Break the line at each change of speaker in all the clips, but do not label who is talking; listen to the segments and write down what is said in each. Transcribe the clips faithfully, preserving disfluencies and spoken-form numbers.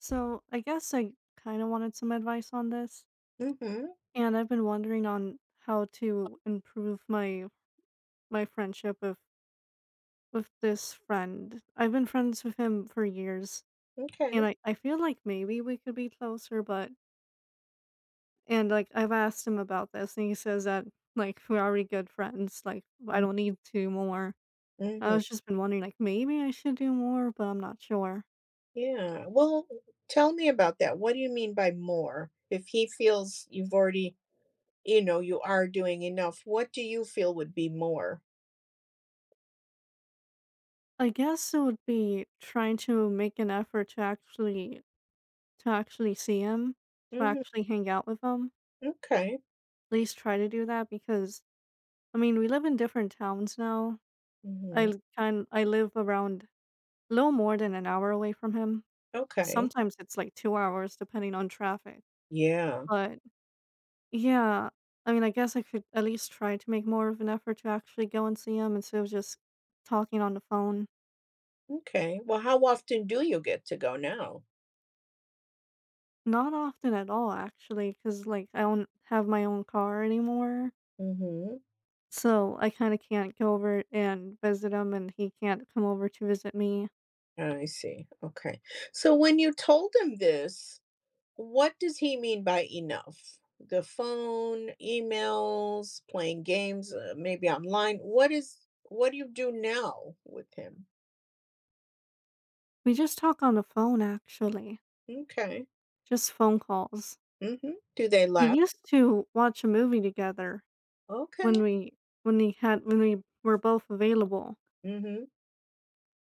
So I guess I kind of wanted some advice on this,
Mhm,
and I've been wondering on how to improve my my friendship with with this friend. I've been friends with him for years, and
okay.
I I feel like maybe we could be closer, but and like I've asked him about this, and he says that like we're already good friends, like I
Mm.
don't need two more. I
Mhm,
was just been wondering like maybe I should do more, but I'm not sure.
yeah. Well, tell me about that. What do you mean by more? If he feels you've already you know, you are doing enough, what do you feel would be more?
I guess it would be trying to make an effort to actually to actually see him, to
Mhm,
actually hang out with him,
okay.
at least try to do that because, I mean, we live in different towns now. I
Mhm,
l- kind I live around a little more than an hour away from him.
okay.
Sometimes it's like two hours depending on traffic.
Yeah,
But yeah, I mean, I guess I could at least try to make more of an effort to actually go and see him instead of just talking on the phone.
okay. Well, how often do you get to go now?
Not often at all, actually, because like I don't have my own car anymore.
Mhm,
So, I kinda can't go over and visit him, and he can't come over to visit me.
I see, okay. So when you told him this, what does he mean by enough? The phone, emails, playing games, uh, maybe online. What is what do you do now with him?
We just talk on the phone, actually,
Okay.
just phone calls.
Mhm. Do they
We
laugh?
used to watch a movie together
Okay.
when we when we had when we were both available,
Mhm.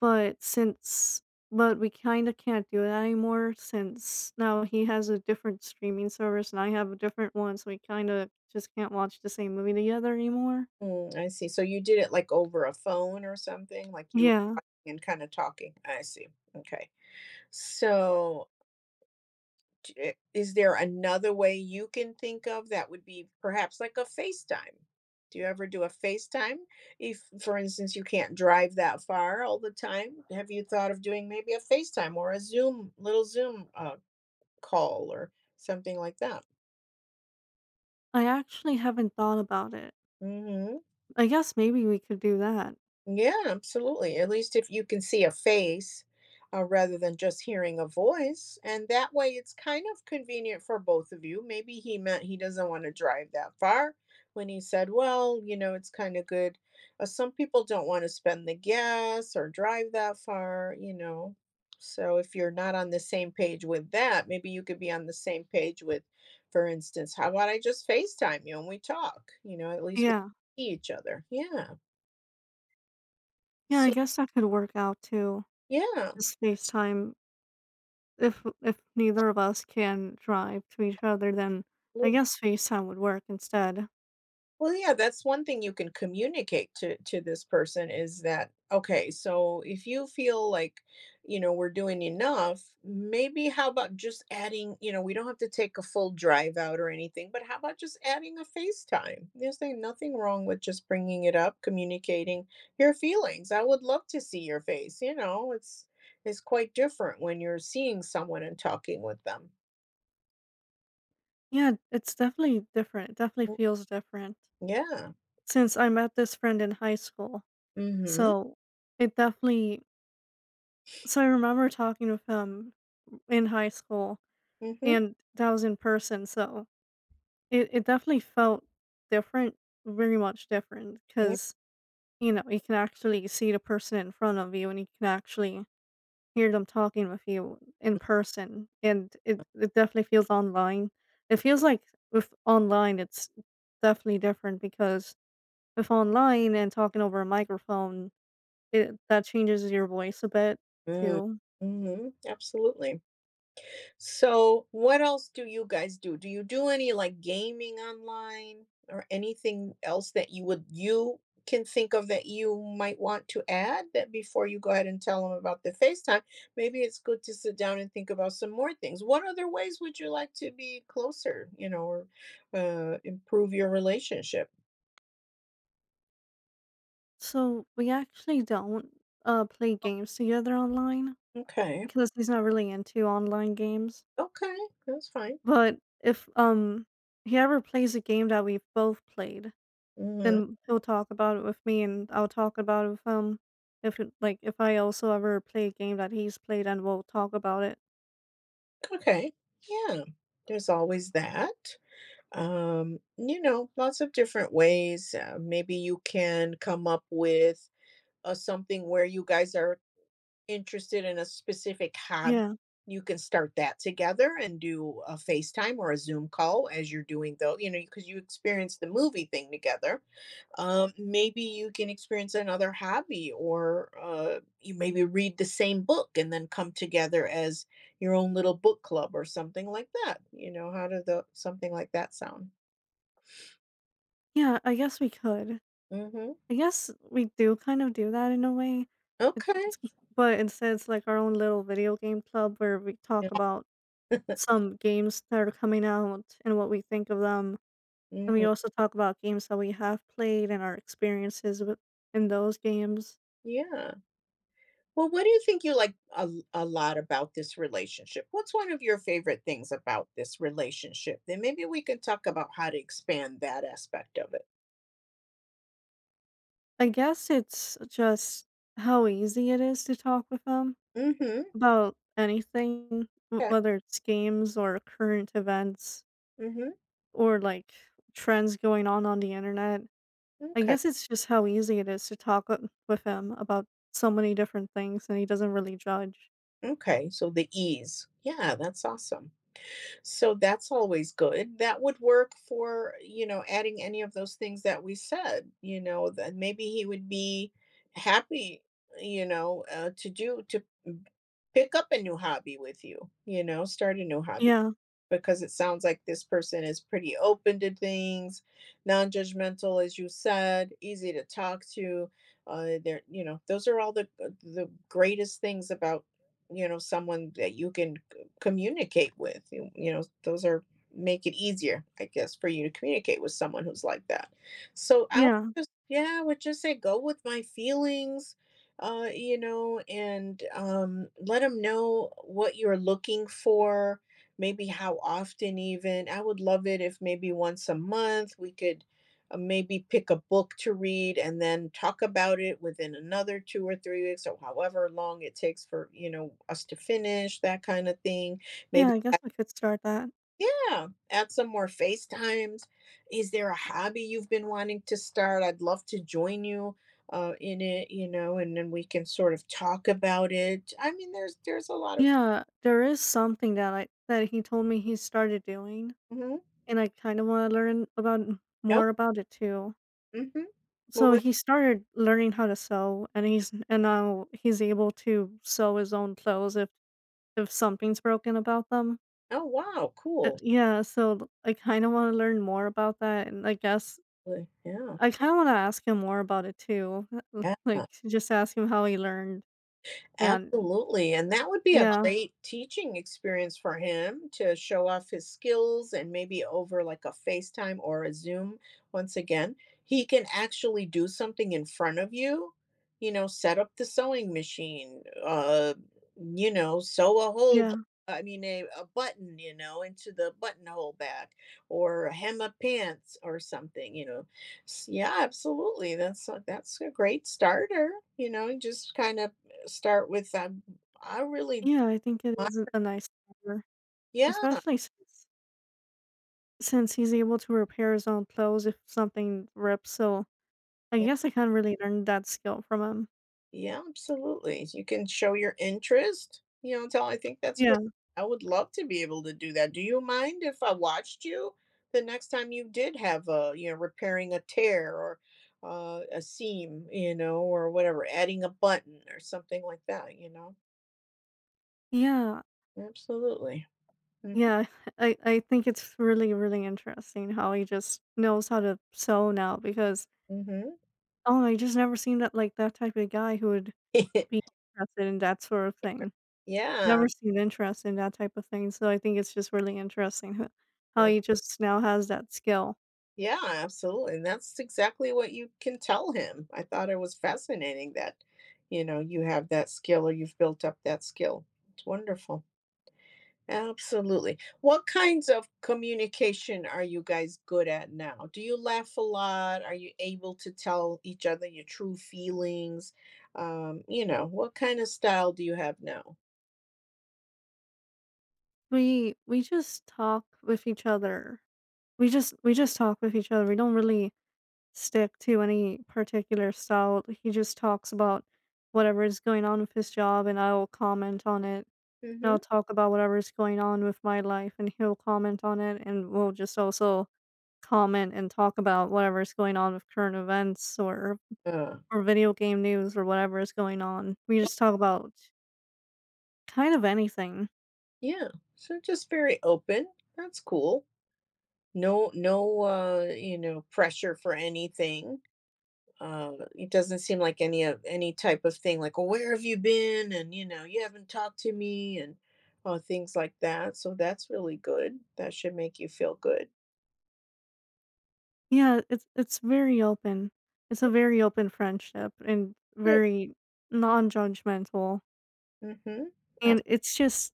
but since but we kinda can't do that anymore since now he has a different streaming service and I have a different one, so we kinda just can't watch the same movie together anymore.
Mm, I see. So you did it like over a phone or something, like you were
Yeah,
talking and kind of talking. I see. Okay. So T- eh, is there another way you can think of that would be perhaps like a FaceTime? Do you ever do a FaceTime? If, for instance, you can't drive that far all the time, have you thought of doing maybe a FaceTime or a Zoom, little Zoom uh, call or something like that?
I actually haven't thought about it.
Hmm.
I guess maybe we could do that.
Yeah, absolutely. At least if you can see a face, uh, rather than just hearing a voice, and that way it's kind of convenient for both of you. Maybe he meant he doesn't want to drive that far when he said, "Well, you know, it's kind of good." Uh, some people don't want to spend the gas or drive that far, you know. So if you're not on the same page with that, maybe you could be on the same page with, for instance, how about I just FaceTime you and we talk? You know, at least we
Yeah.
see each other. Yeah.
Yeah, I
So
guess that could work out too.
yeah,
Just FaceTime, if if neither of us can drive to each other, then I
Well
guess FaceTime would work instead.
well, yeah, that's one thing you can communicate to to this person is that, "Okay, so if you feel like, you know, we're doing enough, maybe how about just adding, you know, we don't have to take a full drive out or anything, but how about just adding a FaceTime?" There's like nothing wrong with just bringing it up, communicating your feelings. I would love to see your face, you know, it's it's quite different when you're seeing someone and talking with them.
Yeah, it's definitely different. It definitely
Mm,
feels different
yeah.
since I met this friend in high school.
Mhm.
So it definitely So I remember talking with him in high school
Mhm.
and that was in person, so it, it definitely felt different, very much different
Yeah.
because you know, you can actually see the person in front of you, and you can actually hear them talking with you in person, and it it definitely feels online. It feels like with online, it's definitely different because with online and talking over a microphone, it that changes your voice a bit
Mm,
too.
mhm, absolutely. So, what else do you guys do? Do you do any like gaming online or anything else that you would you can think of that you might want to add that before you go ahead and tell them about the FaceTime? Maybe it's good to sit down and think about some more things. What other ways would you like to be closer, you know, or uh, improve your relationship?
So we actually don't uh play games together online
Okay.
because he's not really into online games.
Okay. That's fine.
But if um he ever plays a game that we've both played,
Hmm.
then he'll talk about it with me, and I'll talk about it with him. If it like, if I also ever play a game that he's played, and we'll talk about it.
Okay. Yeah. There's always that. Um, you know, lots of different ways. Uh, maybe you can come up with uh, something where you guys are interested in a specific hobby.
Yeah.
You can start that together and do a FaceTime or a Zoom call as you're doing though, you know, because you experience the movie thing together. Um, maybe you can experience another hobby or uh, you maybe read the same book and then come together as your own little book club or something like that. You know, how does the something like that sound?
Yeah, I guess we could.
Hmm.
I guess we do kind of do that in a way. It
Okay.
it's but instead it's like our own little video game club where we
Yeah.
talk about some games that are coming out and what we think of them, and we
Mhm.
also talk about games that we have played and our experiences with in those games.
Yeah. Well, what do you think you like a a lot about this relationship? What's one of your favorite things about this relationship? Then maybe we can talk about how to expand that aspect of it.
I guess it's just how easy it is to talk with them
Mm-hmm.
about anything, w-
Okay.
whether it's games or current events
Mm-hmm.
or like trends going on on the internet. I
Okay.
guess it's just how easy it is to talk with with him about so many different things and he doesn't really judge.
Okay. So the ease. Yeah, that's awesome. So that's always good. That would work for, you know, adding any of those things that we said, you know, that maybe he would be happy, you know, uh, to do to pick up a new hobby with you, you know, start a new hobby
Yeah.
because it sounds like this person is pretty open to things, non-judgmental, as you said, easy to talk to. Uh, they're, you know, those are all the uh, the greatest things about, you know, someone that you can c- communicate with. You, you know, those are make it easier, I guess, for you to communicate with someone who's like that. So I would
Yeah.
just, yeah, I would just say go with my feelings. Uh, you know, and um, let them know what you're looking for, maybe how often. Even I would love it if maybe once a month we could, uh, maybe pick a book to read and then talk about it within another two or three weeks or however long it takes, for you know us to finish that kind of thing.
Yeah,
Maybe
I guess
add-
we could start that.
yeah, add some more FaceTimes. Is there a hobby you've been wanting to start? I'd love to join you uh, in it, you know, and then we can sort of talk about it. I mean, there's there's a lot of
Yeah, there is something that I that he told me he started doing
mm-hmm.
and I kind of want to learn about
Yep.
more about it too.
Mm-hmm.
So
Well,
he started learning how to sew, and he's and now he's able to sew his own clothes if if something's broken about them.
oh, wow,
Uh,
cool.
yeah, so I kind of want to learn more about that, and I guess
Really, yeah,
I kind of want to ask him more about it too.
yeah.
Like just ask him how he learned. And
Absolutely, and that would be a
yeah,
great teaching experience for him to show off his skills and maybe over, like, a FaceTime or a Zoom, once again, he can actually do something in front of you, you know, set up the sewing machine, uh, you know, sew a hole b
yeah,
I mean, a a button, you know, into the buttonhole back, or hem a pants or something, you know? S Yeah, absolutely, that's a that's a great starter, you know, just kinda start with, um, I really
yeah. I think it
I
is a nice cover,
yeah,
especially since since he's able to repair his own clothes if something rips. So I
yeah,
guess I kind of really learned that skill from him.
yeah, absolutely. You can show your interest, you know, tell I think that's great.
Yeah.
I would love to be able to do that. Do you mind if I watched you the next time you did have a, you know, repairing a tear or uh, a seam, you know, or whatever, adding a button or something like that, you know?
Yeah.
Absolutely. Mhm,
Yeah, I I think it's really, really interesting how he just knows how to sew now because
mhm.
oh, I just never seen that like that type of guy who would be interested in that sort of thing.
Yeah,
Never seen interest in that type of thing. So I think it's just really interesting ho- how he just now has that skill.
yeah, absolutely. And that's exactly what you can tell him. I thought it was fascinating that, you know, you have that skill or you've built up that skill. It's wonderful. Absolutely. What kinds of communication are you guys good at now? Do you laugh a lot? Are you able to tell each other your true feelings? Um, you know, what kind of style do you have now?
We we just talk with each other. We just we just talk with each other. We don't really stick to any particular style. He just talks about whatever is going on with his job and I will comment on it and
Hmm.
I'll talk about whatever's going on with my life, and he'll comment on it, and we'll just also comment and talk about whatever's going on with current events or
Uh,
or video game news or whatever is going on. We just talk about kind of anything.
yeah. So just very open. That's cool. No no, uh, you know, pressure for anything. Uh, it doesn't seem like any of any type of thing like, "Oh, where have you been?" and, you know, "You haven't talked to me," and, uh, things like that, so that's really good. That should make you feel good.
Yeah, it's it's very open. It's a
Yeah,
very open friendship and
good.
very non-judgmental.
Mhm. Ab
And it's just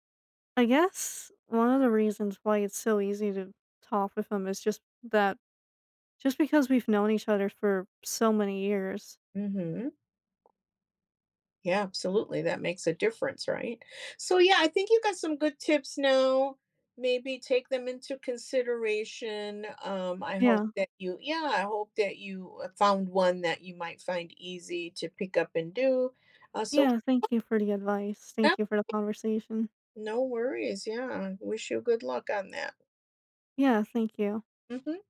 I guess one of the reasons why it's so easy to talk with him is just that just because we've known each other for so many years.
mhm. Yeah, absolutely. That makes a difference, right? So, yeah, I think you got some good tips now. Maybe take them into consideration. Um, I hope
Yeah.
that you, yeah, I hope that you uh, found one that you might find easy to pick up and do. Uh, so,
Yeah, thank you for the advice. Thank
yeah,
you for the conversation.
no worries. Yeah, wish you good luck on that.
Yeah, thank you.
Mhm.